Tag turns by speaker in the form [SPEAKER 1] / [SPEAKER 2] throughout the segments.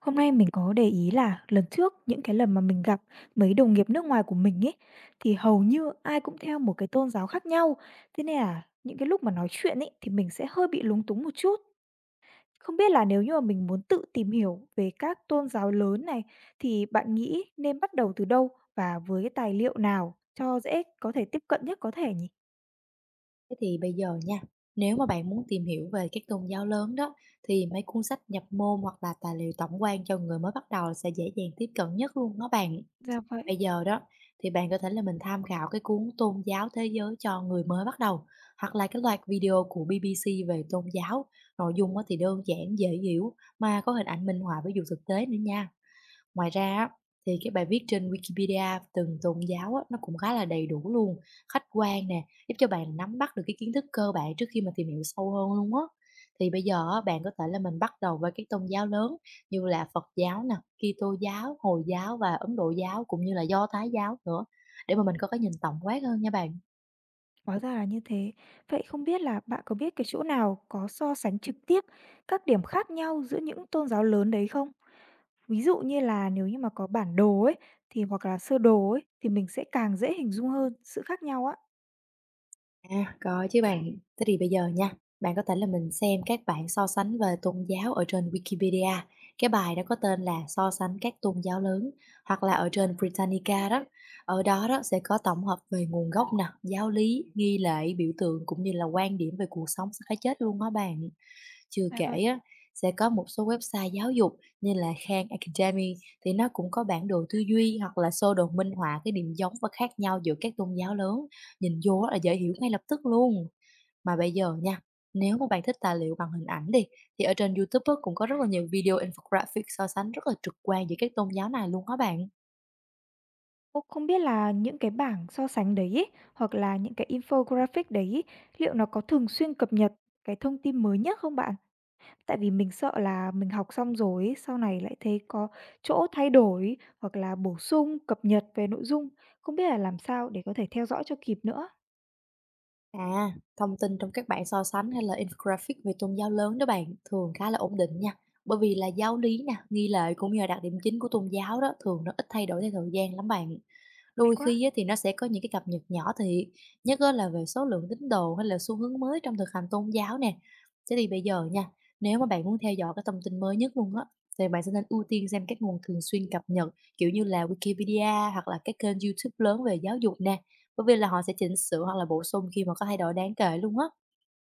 [SPEAKER 1] Hôm nay mình có để ý là lần trước những cái lần mà mình gặp mấy đồng nghiệp nước ngoài của mình ấy thì hầu như ai cũng theo một cái tôn giáo khác nhau. Thế nên là những cái lúc mà nói chuyện ấy thì mình sẽ hơi bị lúng túng một chút. Không biết là nếu như mà mình muốn tự tìm hiểu về các tôn giáo lớn này thì bạn nghĩ nên bắt đầu từ đâu và với cái tài liệu nào cho dễ có thể tiếp cận nhất có thể nhỉ?
[SPEAKER 2] Thế thì bây giờ nha, nếu mà bạn muốn tìm hiểu về các tôn giáo lớn đó, thì mấy cuốn sách nhập môn hoặc là tài liệu tổng quan cho người mới bắt đầu sẽ dễ dàng tiếp cận nhất luôn đó bạn.
[SPEAKER 1] Dạ vậy.
[SPEAKER 2] Bây giờ đó, thì bạn có thể là mình tham khảo cái cuốn Tôn giáo thế giới cho người mới bắt đầu, hoặc là cái loạt video của BBC về tôn giáo. Nội dung á thì đơn giản, dễ hiểu, mà có hình ảnh minh họa với dù thực tế nữa nha. Ngoài ra á, thì cái bài viết trên Wikipedia từng tôn giáo á, nó cũng khá là đầy đủ luôn, khách quan nè, giúp cho bạn nắm bắt được cái kiến thức cơ bản trước khi mà tìm hiểu sâu hơn luôn á. Thì bây giờ á, bạn có thể là mình bắt đầu với các tôn giáo lớn như là Phật giáo nè, Kitô giáo, Hồi giáo và Ấn Độ giáo cũng như là Do Thái giáo nữa, để mà mình có cái nhìn tổng quát hơn nha bạn.
[SPEAKER 1] Hóa ra là như thế. Vậy không biết là bạn có biết cái chỗ nào có so sánh trực tiếp các điểm khác nhau giữa những tôn giáo lớn đấy không? Ví dụ như là nếu như mà có bản đồ ấy, thì hoặc là sơ đồ ấy, thì mình sẽ càng dễ hình dung hơn sự khác nhau á.
[SPEAKER 2] À, có chứ bạn. Thế thì bây giờ nha, bạn có thể là mình xem các bạn so sánh về tôn giáo ở trên Wikipedia. Cái bài đó có tên là So sánh các tôn giáo lớn, hoặc là ở trên Britannica đó. Ở đó đó sẽ có tổng hợp về nguồn gốc nè, giáo lý, nghi lễ, biểu tượng, cũng như là quan điểm về cuộc sống sau cái chết luôn đó bạn. Chưa
[SPEAKER 1] Dạ
[SPEAKER 2] kể
[SPEAKER 1] vậy.
[SPEAKER 2] á, sẽ có một số website giáo dục như là Khan Academy, thì nó cũng có bản đồ tư duy hoặc là sơ đồ minh họa cái điểm giống và khác nhau giữa các tôn giáo lớn. Nhìn vô á là dễ hiểu ngay lập tức luôn. Mà bây giờ nha, nếu mà bạn thích tài liệu bằng hình ảnh đi, thì ở trên YouTube á cũng có rất là nhiều video infographic so sánh rất là trực quan giữa các tôn giáo này luôn á bạn.
[SPEAKER 1] Ô, không biết là những cái bảng so sánh đấy ý, hoặc là những cái infographic đấy ý, liệu nó có thường xuyên cập nhật cái thông tin mới nhất không bạn? Tại vì mình sợ là mình học xong rồi ấy, sau này lại thấy có chỗ thay đổi hoặc là bổ sung, cập nhật về nội dung, không biết là làm sao để có thể theo dõi cho kịp nữa.
[SPEAKER 2] À, thông tin trong các bảng so sánh hay là infographic về tôn giáo lớn đó bạn thường khá là ổn định nha. Bởi vì là giáo lý nè, nghi lễ cũng như là đặc điểm chính của tôn giáo đó thường nó ít thay đổi theo thời gian lắm bạn.
[SPEAKER 1] Hay
[SPEAKER 2] Đôi
[SPEAKER 1] quá!
[SPEAKER 2] khi á, thì nó sẽ có những cái cập nhật nhỏ thiệt, nhất á, là về số lượng tín đồ hay là xu hướng mới trong thực hành tôn giáo nè. Thế thì bây giờ nha, nếu mà bạn muốn theo dõi cái thông tin mới nhất luôn á, thì bạn sẽ nên ưu tiên xem các nguồn thường xuyên cập nhật, kiểu như là Wikipedia hoặc là các kênh YouTube lớn về giáo dục nè, bởi vì là họ sẽ chỉnh sửa hoặc là bổ sung khi mà có thay đổi đáng kể luôn á.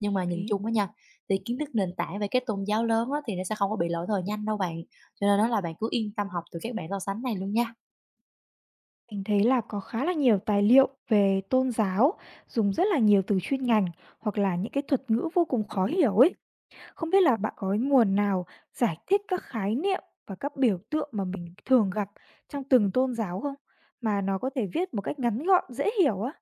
[SPEAKER 2] Nhưng mà
[SPEAKER 1] Hợp
[SPEAKER 2] nhìn
[SPEAKER 1] lý.
[SPEAKER 2] chung á nha, thì kiến thức nền tảng về cái tôn giáo lớn á, thì nó sẽ không có bị lỗi thời nhanh đâu bạn. Cho nên đó là bạn cứ yên tâm học từ các bạn so sánh này luôn nha.
[SPEAKER 1] Mình thấy là có khá là nhiều tài liệu về tôn giáo, dùng rất là nhiều từ chuyên ngành hoặc là những cái thuật ngữ vô cùng khó hiểu ấy. Không biết là bạn có nguồn nào giải thích các khái niệm và các biểu tượng mà mình thường gặp trong từng tôn giáo không? Mà nó có thể viết một cách ngắn gọn, dễ hiểu á.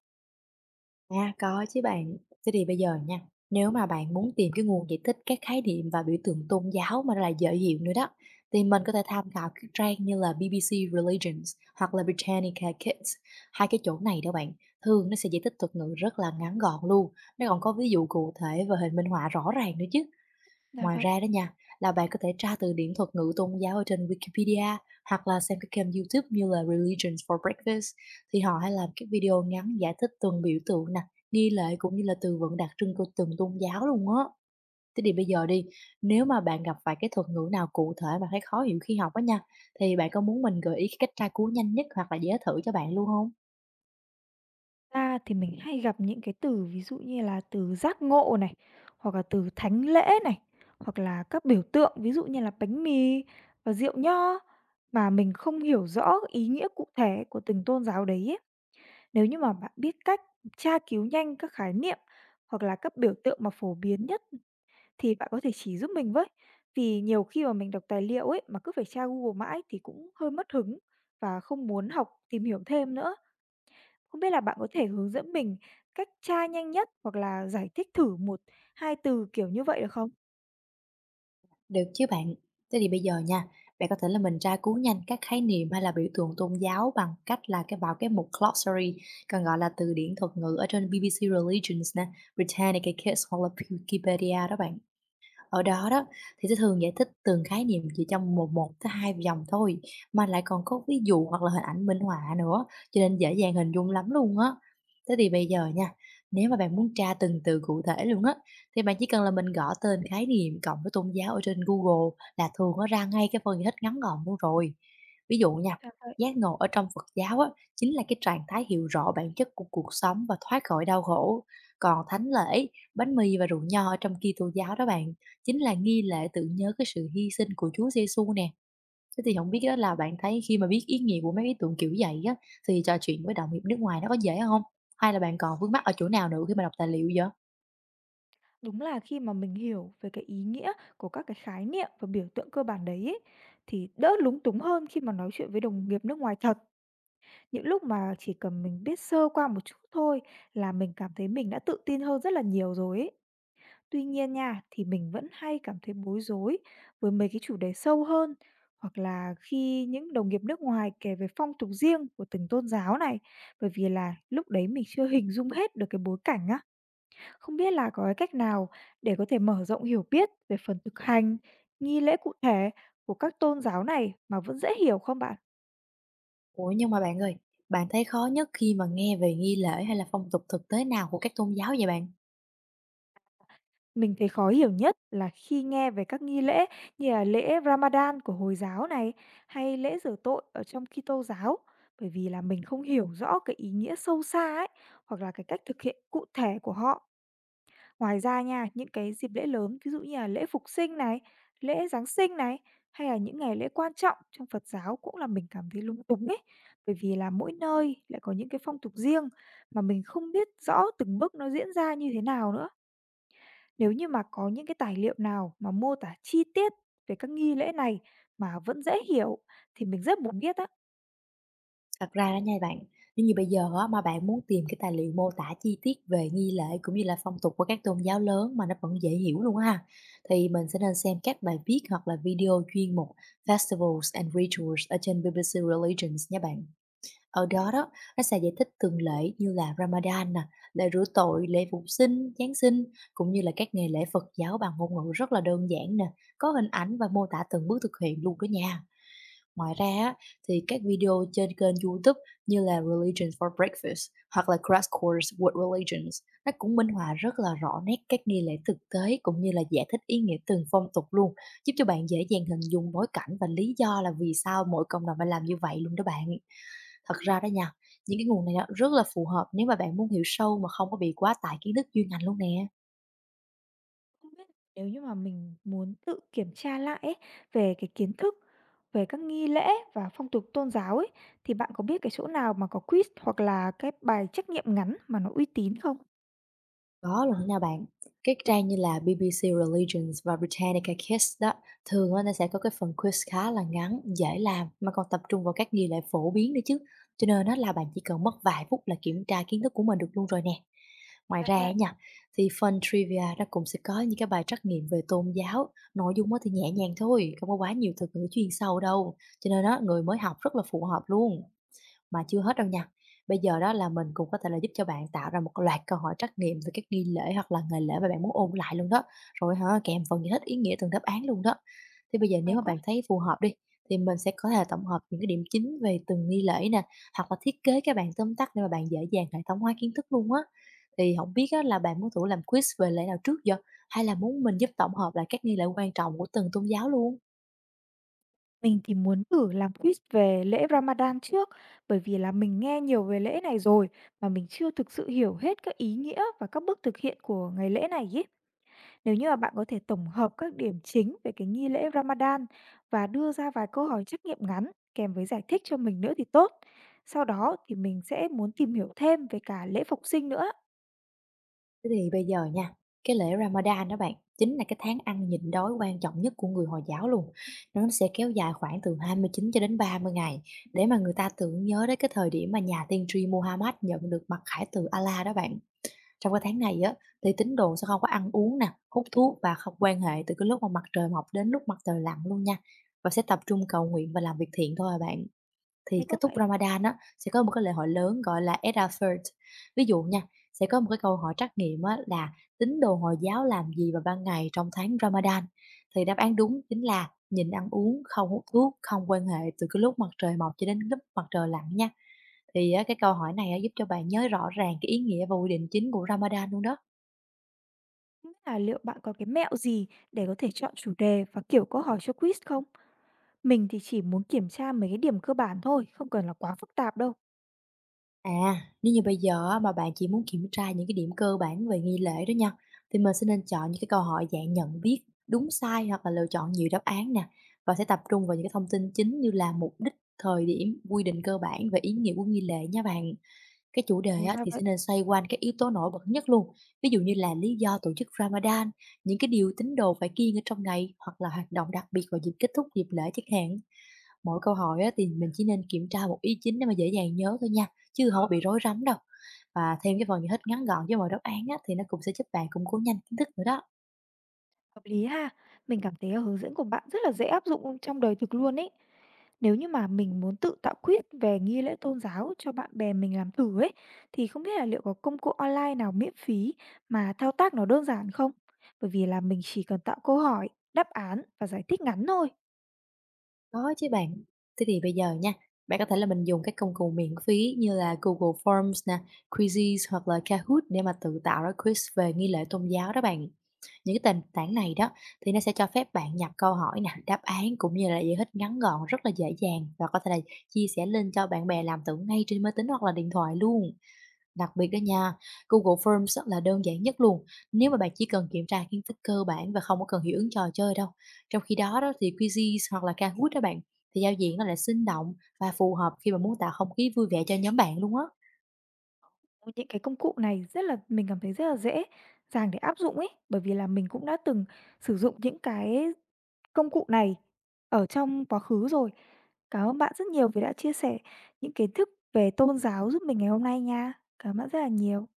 [SPEAKER 2] À, có chứ bạn. Thế thì bây giờ nha, nếu mà bạn muốn tìm cái nguồn giải thích các khái niệm và biểu tượng tôn giáo mà là dở hiệu nữa đó, thì mình có thể tham khảo các trang như là BBC Religions hoặc là Britannica Kids. Hai cái chỗ này đó bạn, thường nó sẽ giải thích thuật ngữ rất là ngắn gọn luôn. Nó còn có ví dụ cụ thể và hình minh họa rõ ràng nữa chứ.
[SPEAKER 1] Dạ
[SPEAKER 2] Ngoài
[SPEAKER 1] vậy.
[SPEAKER 2] ra đó nha, là bạn có thể tra từ điển thuật ngữ tôn giáo ở trên Wikipedia, hoặc là xem các kênh YouTube như là Religions for Breakfast, thì họ hay làm các video ngắn giải thích từng biểu tượng nè, nghi lễ cũng như là từ vựng đặc trưng của từng tôn giáo luôn á. Thế thì bây giờ đi, nếu mà bạn gặp phải cái thuật ngữ nào cụ thể mà thấy khó hiểu khi học á nha, thì bạn có muốn mình gợi ý cái cách tra cứu nhanh nhất hoặc là dễ thử cho bạn luôn không?
[SPEAKER 1] Ra thì mình hay gặp những cái từ ví dụ như là từ giác ngộ này, hoặc là từ thánh lễ này, hoặc là các biểu tượng ví dụ như là bánh mì và rượu nho mà mình không hiểu rõ ý nghĩa cụ thể của từng tôn giáo đấy ấy. Nếu như mà bạn biết cách tra cứu nhanh các khái niệm hoặc là các biểu tượng mà phổ biến nhất thì bạn có thể chỉ giúp mình với. Vì nhiều khi mà mình đọc tài liệu ấy mà cứ phải tra Google mãi thì cũng hơi mất hứng và không muốn học tìm hiểu thêm nữa. Không biết là bạn có thể hướng dẫn mình cách tra nhanh nhất hoặc là giải thích thử một 2 từ, kiểu như vậy, được không?
[SPEAKER 2] Được chứ bạn. Thế thì bây giờ nha, bạn có thể là mình tra cứu nhanh các khái niệm hay là biểu tượng tôn giáo bằng cách là cái vào cái mục glossary, còn gọi là từ điển thuật ngữ ở trên BBC Religions nè, Britannica Kids hoặc là Wikipedia đó bạn. Ở đó đó, thì sẽ thường giải thích từng khái niệm chỉ trong một một tới hai dòng thôi, mà lại còn có ví dụ hoặc là hình ảnh minh họa nữa, cho nên dễ dàng hình dung lắm luôn á. Thế thì bây giờ nha, nếu mà bạn muốn tra từng từ cụ thể luôn á, thì bạn chỉ cần là mình gõ tên khái niệm cộng với tôn giáo ở trên Google, là thường nó ra ngay cái phần giải thích ngắn gọn luôn rồi. Ví dụ nha, giác ngộ ở trong Phật giáo á, chính là cái trạng thái hiểu rõ bản chất của cuộc sống và thoát khỏi đau khổ. Còn thánh lễ, bánh mì và rượu nho ở trong Kitô giáo đó bạn, chính là nghi lễ tưởng nhớ cái sự hy sinh của Chúa Giêsu nè. Thế thì không biết á, là bạn thấy khi mà biết ý nghĩa của mấy cái tượng kiểu vậy á, thì trò chuyện với đồng nghiệp nước ngoài nó có dễ không? Hay là bạn còn vướng mắc ở chỗ nào nữa khi mà đọc tài liệu vậy?
[SPEAKER 1] Đúng là khi mà mình hiểu về cái ý nghĩa của các cái khái niệm và biểu tượng cơ bản đấy ấy, thì đỡ lúng túng hơn khi mà nói chuyện với đồng nghiệp nước ngoài thật. Những lúc mà chỉ cần mình biết sơ qua một chút thôi là mình cảm thấy mình đã tự tin hơn rất là nhiều rồi ấy. Tuy nhiên nha, thì mình vẫn hay cảm thấy bối rối với mấy cái chủ đề sâu hơn hoặc là khi những đồng nghiệp nước ngoài kể về phong tục riêng của từng tôn giáo này, bởi vì là lúc đấy mình chưa hình dung hết được cái bối cảnh á. Không biết là có cái cách nào để có thể mở rộng hiểu biết về phần thực hành, nghi lễ cụ thể của các tôn giáo này mà vẫn dễ hiểu không bạn?
[SPEAKER 2] Ủa, nhưng mà bạn ơi, bạn thấy khó nhất khi mà nghe về nghi lễ hay là phong tục thực tế nào của các tôn giáo vậy bạn?
[SPEAKER 1] Mình thấy khó hiểu nhất là khi nghe về các nghi lễ như là lễ Ramadan của Hồi giáo này hay lễ rửa tội ở trong Kitô giáo bởi vì là mình không hiểu rõ cái ý nghĩa sâu xa ấy hoặc là cái cách thực hiện cụ thể của họ. Ngoài ra nha, những cái dịp lễ lớn ví dụ như là lễ Phục sinh này, lễ Giáng sinh này hay là những ngày lễ quan trọng trong Phật giáo cũng là mình cảm thấy lung túng ấy bởi vì là mỗi nơi lại có những cái phong tục riêng mà mình không biết rõ từng bước nó diễn ra như thế nào nữa. Nếu như mà có những cái tài liệu nào mà mô tả chi tiết về các nghi lễ này mà vẫn dễ hiểu thì mình rất muốn biết á.
[SPEAKER 2] Thật ra đó nha bạn, nếu như bây giờ á, mà bạn muốn tìm cái tài liệu mô tả chi tiết về nghi lễ cũng như là phong tục của các tôn giáo lớn mà nó vẫn dễ hiểu luôn á ha, thì mình sẽ nên xem các bài viết hoặc là video chuyên mục Festivals and Rituals ở trên BBC Religions nha bạn. Ở
[SPEAKER 1] Vậy
[SPEAKER 2] đó đó, nó sẽ giải thích từng lễ như là Ramadan nè, lễ rửa tội, lễ phục sinh, Giáng sinh, cũng như là các nghề lễ Phật giáo bằng ngôn ngữ rất là đơn giản nè, có hình ảnh và mô tả từng bước thực hiện luôn đó nha. Ngoài ra á, thì các video trên kênh YouTube như là Religion for Breakfast hoặc là Crash Course World Religions, nó cũng minh họa rất là rõ nét các nghi lễ thực tế cũng như là giải thích ý nghĩa từng phong tục luôn, giúp cho bạn dễ dàng hình dung bối cảnh và lý do là vì sao mỗi cộng đồng phải làm như vậy luôn đó bạn. Thật ra đó nha, những cái nguồn này á, rất là phù hợp nếu mà bạn muốn hiểu sâu mà không có bị quá tải kiến thức chuyên ngành luôn nè.
[SPEAKER 1] không biết nếu như mà mình muốn tự kiểm tra lại ấy, về cái kiến thức về các nghi lễ và phong tục tôn giáo ấy thì bạn có biết cái chỗ nào mà có quiz hoặc là cái bài trắc nghiệm ngắn mà nó uy tín không?
[SPEAKER 2] Có luôn đó nha bạn. Các trang như là BBC Religions và Britannica Kids đó, thường á, nó sẽ có cái phần quiz khá là ngắn, dễ làm mà còn tập trung vào các nghi lễ phổ biến nữa chứ. Cho nên đó là bạn chỉ cần mất vài phút là kiểm tra kiến thức của mình được luôn rồi nè. Ngoài
[SPEAKER 1] Dạ
[SPEAKER 2] ra
[SPEAKER 1] vậy,
[SPEAKER 2] á nha, thì phần trivia nó cũng sẽ có những cái bài trắc nghiệm về tôn giáo, nội dung á thì nhẹ nhàng thôi, không có quá nhiều thuật ngữ chuyên sâu đâu. Cho nên đó, người mới học rất là phù hợp luôn. Mà chưa hết đâu nha, bây giờ đó là mình cũng có thể là giúp cho bạn tạo ra một loạt câu hỏi trắc nghiệm về các nghi lễ hoặc là ngày lễ mà bạn muốn ôn lại luôn đó, rồi hả, kèm phần giải thích ý nghĩa từng đáp án luôn đó. Thì bây giờ
[SPEAKER 1] may
[SPEAKER 2] nếu mà
[SPEAKER 1] quá.
[SPEAKER 2] bạn thấy phù hợp đi, thì mình sẽ có thể là tổng hợp những cái điểm chính về từng nghi lễ nè, hoặc là thiết kế các bạn tóm tắt để mà bạn dễ dàng hệ thống hóa kiến thức luôn á. Thì không biết á, là bạn muốn thử làm quiz về lễ nào trước giờ, hay là muốn mình giúp tổng hợp lại các nghi lễ quan trọng của từng tôn giáo luôn?
[SPEAKER 1] Mình thì muốn thử làm quiz về lễ Ramadan trước, bởi vì là mình nghe nhiều về lễ này rồi mà mình chưa thực sự hiểu hết các ý nghĩa và các bước thực hiện của ngày lễ này ý. Nếu như mà bạn có thể tổng hợp các điểm chính về cái nghi lễ Ramadan và đưa ra vài câu hỏi trắc nghiệm ngắn kèm với giải thích cho mình nữa thì tốt. Sau đó thì mình sẽ muốn tìm hiểu thêm về cả lễ phục sinh nữa.
[SPEAKER 2] Thế thì bây giờ nha, cái lễ Ramadan đó bạn, chính là cái tháng ăn nhịn đói quan trọng nhất của người Hồi giáo luôn. Nó sẽ kéo dài khoảng từ 29 cho đến 30 ngày, để mà người ta tưởng nhớ đến cái thời điểm mà nhà tiên tri Muhammad nhận được mặc khải từ Allah đó bạn. Trong cái tháng này á, thì tín đồ sẽ không có ăn uống nè, hút thuốc và không quan hệ từ cái lúc mà mặt trời mọc đến lúc mặt trời lặn luôn nha. Và sẽ tập trung cầu nguyện và làm việc thiện thôi à bạn, thì
[SPEAKER 1] Thế
[SPEAKER 2] kết
[SPEAKER 1] có
[SPEAKER 2] thúc
[SPEAKER 1] vậy,
[SPEAKER 2] Ramadan á, sẽ có một cái lễ hội lớn gọi là Eid al-Fitr. Ví dụ nha, sẽ có một cái câu hỏi trắc nghiệm á là: tín đồ Hồi giáo làm gì vào ban ngày trong tháng Ramadan? Thì đáp án đúng chính là nhịn ăn uống, không hút thuốc, không quan hệ từ cái lúc mặt trời mọc cho đến lúc mặt trời lặn nha. Thì á, cái câu hỏi này á, giúp cho bạn nhớ rõ ràng cái ý nghĩa và quy định chính của Ramadan luôn đó.
[SPEAKER 1] không biết là liệu bạn có cái mẹo gì để có thể chọn chủ đề và kiểu câu hỏi cho quiz không? Mình thì chỉ muốn kiểm tra mấy cái điểm cơ bản thôi, không cần là quá phức tạp đâu.
[SPEAKER 2] À, nếu như bây giờ á, mà bạn chỉ muốn kiểm tra những cái điểm cơ bản về nghi lễ đó nha, thì mình sẽ nên chọn những cái câu hỏi dạng nhận biết, đúng sai hoặc là lựa chọn nhiều đáp án nè, và sẽ tập trung vào những cái thông tin chính như là mục đích, thời điểm, quy định cơ bản và ý nghĩa của nghi lễ nha bạn. Cái chủ đề
[SPEAKER 1] Ồ,
[SPEAKER 2] á,
[SPEAKER 1] ra
[SPEAKER 2] thì sẽ
[SPEAKER 1] vậy.
[SPEAKER 2] nên xoay quanh các yếu tố nổi bật nhất luôn, ví dụ như là lý do tổ chức Ramadan, những cái điều tín đồ phải kiêng ở trong ngày hoặc là hoạt động đặc biệt vào dịp kết thúc dịp lễ chẳng hạn. Mỗi câu hỏi á, thì mình chỉ nên kiểm tra một ý chính để mà dễ dàng nhớ thôi nha, chứ không có bị rối rắm đâu. Và thêm cái phần giải thích ngắn gọn với mọi đáp án á, thì nó cũng sẽ giúp bạn củng cố nhanh kiến thức nữa đó.
[SPEAKER 1] Hợp lý ha. Mình cảm thấy là hướng dẫn của bạn rất là dễ áp dụng trong đời thực luôn ấy. Nếu như mà mình muốn tự tạo quiz về nghi lễ tôn giáo cho bạn bè mình làm thử ấy, thì không biết là liệu có công cụ online nào miễn phí mà thao tác nó đơn giản không? Bởi vì là mình chỉ cần tạo câu hỏi, đáp án và giải thích ngắn thôi.
[SPEAKER 2] Có chứ bạn. Thế thì bây giờ nha, bạn có thể là mình dùng các công cụ miễn phí như là Google Forms nè, Quizzes hoặc là Kahoot để mà tự tạo ra quiz về nghi lễ tôn giáo đó bạn. Những cái nền tảng này đó, thì nó sẽ cho phép bạn nhập câu hỏi nè, đáp án cũng như là giải thích ngắn gọn rất là dễ dàng, và có thể là chia sẻ link cho bạn bè làm tưởng ngay trên máy tính hoặc là điện thoại luôn. Đặc biệt đó nha, Google Forms á là đơn giản nhất luôn, nếu mà bạn chỉ cần kiểm tra kiến thức cơ bản và không có cần hiệu ứng trò chơi đâu. Trong khi đó đó, thì Quizzes hoặc là Kahoot đó bạn, thì giao diện nó lại sinh động và phù hợp khi mà muốn tạo không khí vui vẻ cho nhóm bạn luôn á.
[SPEAKER 1] Ôi, những cái công cụ này rất là mình cảm thấy rất là dễ dàng để áp dụng ấy, bởi vì là mình cũng đã từng sử dụng những cái công cụ này ở trong quá khứ rồi. Cảm ơn bạn rất nhiều vì đã chia sẻ những kiến thức về tôn giáo giúp mình ngày hôm nay nha. Cảm ơn bạn rất là nhiều.